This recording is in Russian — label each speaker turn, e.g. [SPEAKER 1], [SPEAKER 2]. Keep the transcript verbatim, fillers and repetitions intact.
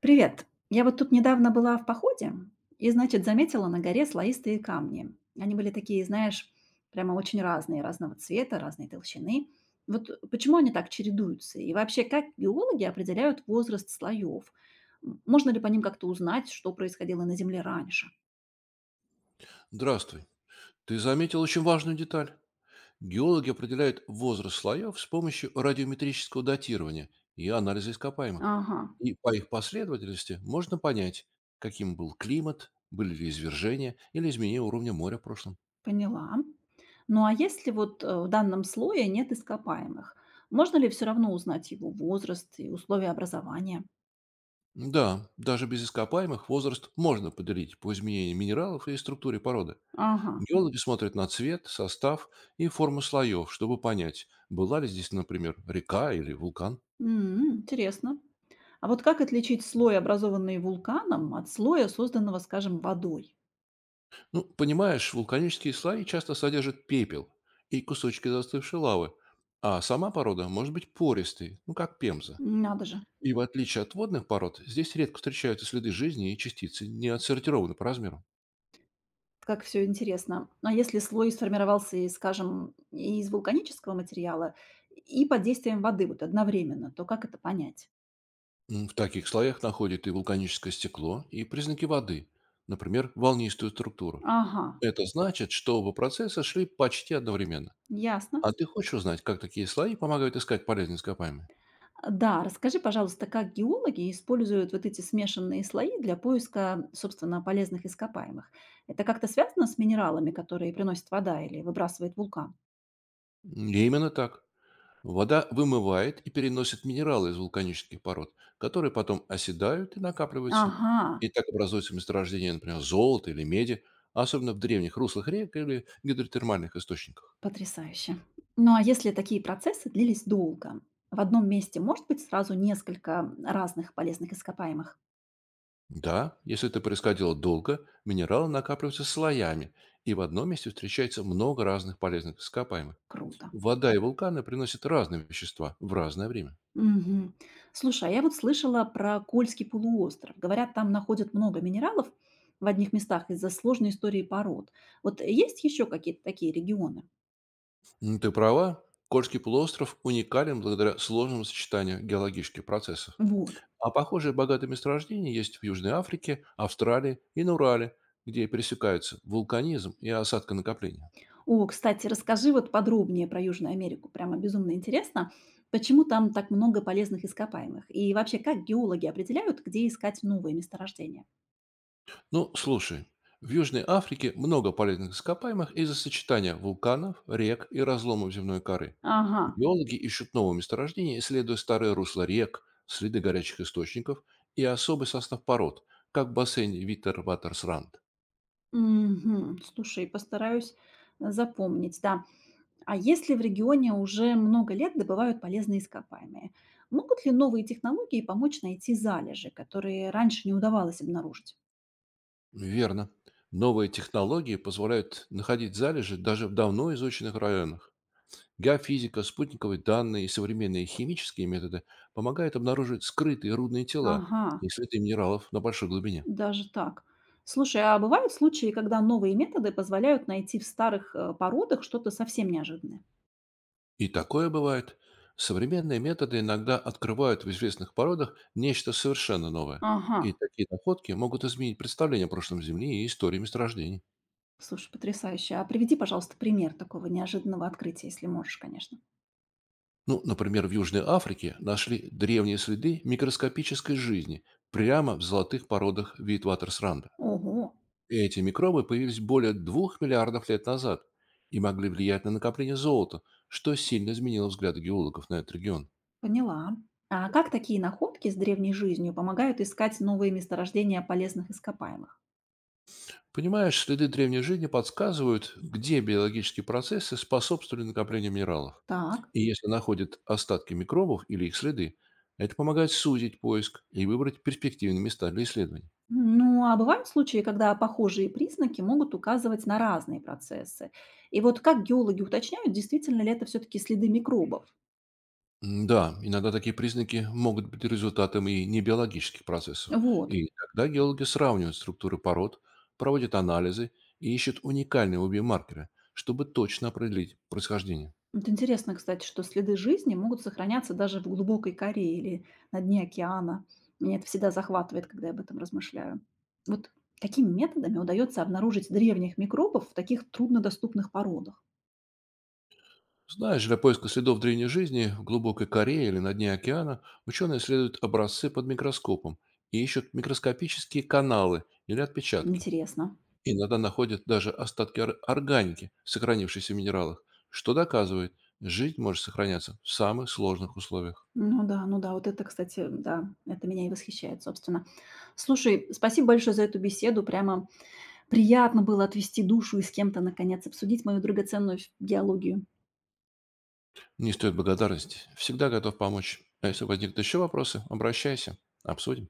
[SPEAKER 1] Привет. Я вот тут недавно была в походе и, значит, заметила на горе слоистые камни. Они были такие, знаешь, прямо очень разные, разного цвета, разной толщины. Вот почему они так чередуются? И вообще, как геологи определяют возраст слоев? М, Можно ли по ним как-то узнать, что происходило на Земле раньше?
[SPEAKER 2] Здравствуй. Ты заметил очень важную деталь. Геологи определяют возраст слоев с помощью радиометрического датирования и анализа ископаемых.
[SPEAKER 1] Ага,
[SPEAKER 2] И по их последовательности можно понять, каким был климат, были ли извержения или изменения уровня моря в прошлом.
[SPEAKER 1] поняла. Ну а если вот э, в данном слое нет ископаемых, можно ли все равно узнать его возраст и условия образования?
[SPEAKER 2] Да, даже без ископаемых возраст можно поделить по изменению минералов и структуре породы.
[SPEAKER 1] Ага,
[SPEAKER 2] Геологи смотрят на цвет, состав и форму слоев, чтобы понять, была ли здесь, например, река или вулкан.
[SPEAKER 1] М, интересно. А вот как отличить слой, образованный вулканом, от слоя, созданного, скажем, водой?
[SPEAKER 2] Ну, понимаешь, вулканические слои часто содержат пепел и кусочки застывшей лавы, а сама порода может быть пористой, ну, как пемза.
[SPEAKER 1] Надо же,
[SPEAKER 2] И в отличие от водных пород, здесь редко встречаются следы жизни и частицы, не отсортированы по размеру.
[SPEAKER 1] как все интересно. А если слой сформировался, из, скажем, из вулканического материала и под действием воды вот одновременно, то как это понять?
[SPEAKER 2] М, В таких слоях находят и вулканическое стекло, и признаки воды, например, волнистую структуру.
[SPEAKER 1] Ага,
[SPEAKER 2] Это значит, что оба процесса шли почти одновременно.
[SPEAKER 1] ясно.
[SPEAKER 2] А ты хочешь узнать, как такие слои помогают искать полезные ископаемые?
[SPEAKER 1] Да, расскажи, пожалуйста, как геологи используют вот эти смешанные слои для поиска, собственно, полезных ископаемых? Это как-то связано с минералами, которые приносит вода или выбрасывает вулкан?
[SPEAKER 2] М, Именно так. Вода вымывает и переносит минералы из вулканических пород, которые потом оседают и накапливаются.
[SPEAKER 1] Ага.
[SPEAKER 2] И так образуются месторождения, например, золота или меди, особенно в древних руслах рек или гидротермальных источниках.
[SPEAKER 1] Потрясающе. Ну а если такие процессы длились долго? В одном месте может быть сразу несколько разных полезных ископаемых?
[SPEAKER 2] Да, если это происходило долго, минералы накапливаются слоями, и в одном месте встречается много разных полезных ископаемых.
[SPEAKER 1] Круто.
[SPEAKER 2] Вода и вулканы приносят разные вещества в разное время.
[SPEAKER 1] Мгм. Слушай, а я вот слышала про Кольский полуостров. Говорят, там находят много минералов в одних местах из-за сложной истории пород. Вот есть еще какие-то такие регионы?
[SPEAKER 2] М, Ты права. Кольский полуостров уникален благодаря сложному сочетанию геологических процессов.
[SPEAKER 1] Вот.
[SPEAKER 2] А похожие богатые месторождения есть в Южной Африке, Австралии и на Урале, где пересекаются вулканизм и осадконакопление.
[SPEAKER 1] О, кстати, расскажи вот подробнее про Южную Америку. Прямо безумно интересно, почему там так много полезных ископаемых? И вообще, как геологи определяют, где искать новые месторождения?
[SPEAKER 2] Ну, слушай, в Южной Африке много полезных ископаемых из-за сочетания вулканов, рек и разломов земной коры.
[SPEAKER 1] Ага,
[SPEAKER 2] Геологи ищут новые месторождения, исследуя старые русла рек, следы горячих источников и особый состав пород, как в бассейне Виттер Ватерсранд.
[SPEAKER 1] мгм. Слушай, постараюсь э, запомнить, да. А если в регионе уже много лет добывают полезные ископаемые, могут ли новые технологии помочь найти залежи, которые раньше не удавалось обнаружить?
[SPEAKER 2] Верно. Новые технологии позволяют находить залежи даже в давно изученных районах. Геофизика, спутниковые данные и современные химические методы помогают обнаруживать скрытые рудные тела
[SPEAKER 1] Ага,
[SPEAKER 2] и следы минералов на большой глубине.
[SPEAKER 1] даже так. Слушай, а бывают случаи, когда новые методы позволяют найти в старых э, породах что-то совсем неожиданное?
[SPEAKER 2] И такое бывает. Современные методы иногда открывают в известных породах нечто совершенно новое.
[SPEAKER 1] Ага,
[SPEAKER 2] И такие находки могут изменить представление о прошлом Земли и истории месторождений.
[SPEAKER 1] слушай, потрясающе. А приведи, пожалуйста, пример такого неожиданного открытия, если можешь, конечно.
[SPEAKER 2] Ну, например, в Южной Африке нашли древние следы микроскопической жизни прямо в золотых породах Витватерсранда.
[SPEAKER 1] Ого.
[SPEAKER 2] Эти микробы появились более двух миллиардов лет назад и могли влиять на накопление золота, что сильно изменило взгляды геологов на этот регион.
[SPEAKER 1] Поняла. А как такие находки с древней жизнью помогают искать новые месторождения полезных ископаемых?
[SPEAKER 2] Понимаешь, следы древней жизни подсказывают, где биологические процессы способствовали накоплению минералов.
[SPEAKER 1] Так.
[SPEAKER 2] И если находят остатки микробов или их следы, это помогает сузить поиск и выбрать перспективные места для исследований.
[SPEAKER 1] Ну, а бывают случаи, когда похожие признаки могут указывать на разные процессы. И вот как геологи уточняют, действительно ли это все-таки следы микробов?
[SPEAKER 2] М, Да, иногда такие признаки могут быть результатом и небиологических процессов.
[SPEAKER 1] Вот.
[SPEAKER 2] И тогда геологи сравнивают структуры пород, проводят анализы и ищут уникальные обе маркеры, чтобы точно определить происхождение.
[SPEAKER 1] Вот интересно, кстати, что следы жизни могут сохраняться даже в глубокой коре или на дне океана. Меня это всегда захватывает, когда я об этом размышляю. Вот такими методами удается обнаружить древних микробов в таких труднодоступных породах.
[SPEAKER 2] Знаешь, для поиска следов древней жизни в глубокой коре или на дне океана ученые исследуют образцы под микроскопом и ищут микроскопические каналы или отпечатки.
[SPEAKER 1] Интересно.
[SPEAKER 2] Иногда находят даже остатки ор- органики, сохранившейся в минералах, что доказывает, жизнь может сохраняться в самых сложных условиях.
[SPEAKER 1] Ну да, ну да, вот это, кстати, да, это меня и восхищает, собственно. Слушай, спасибо большое за эту беседу. Прямо приятно было отвести душу и с кем-то, наконец, обсудить мою драгоценную ф геологию.
[SPEAKER 2] Не стоит благодарности. Всегда готов помочь. А если возникнут еще вопросы, обращайся. Обсудим.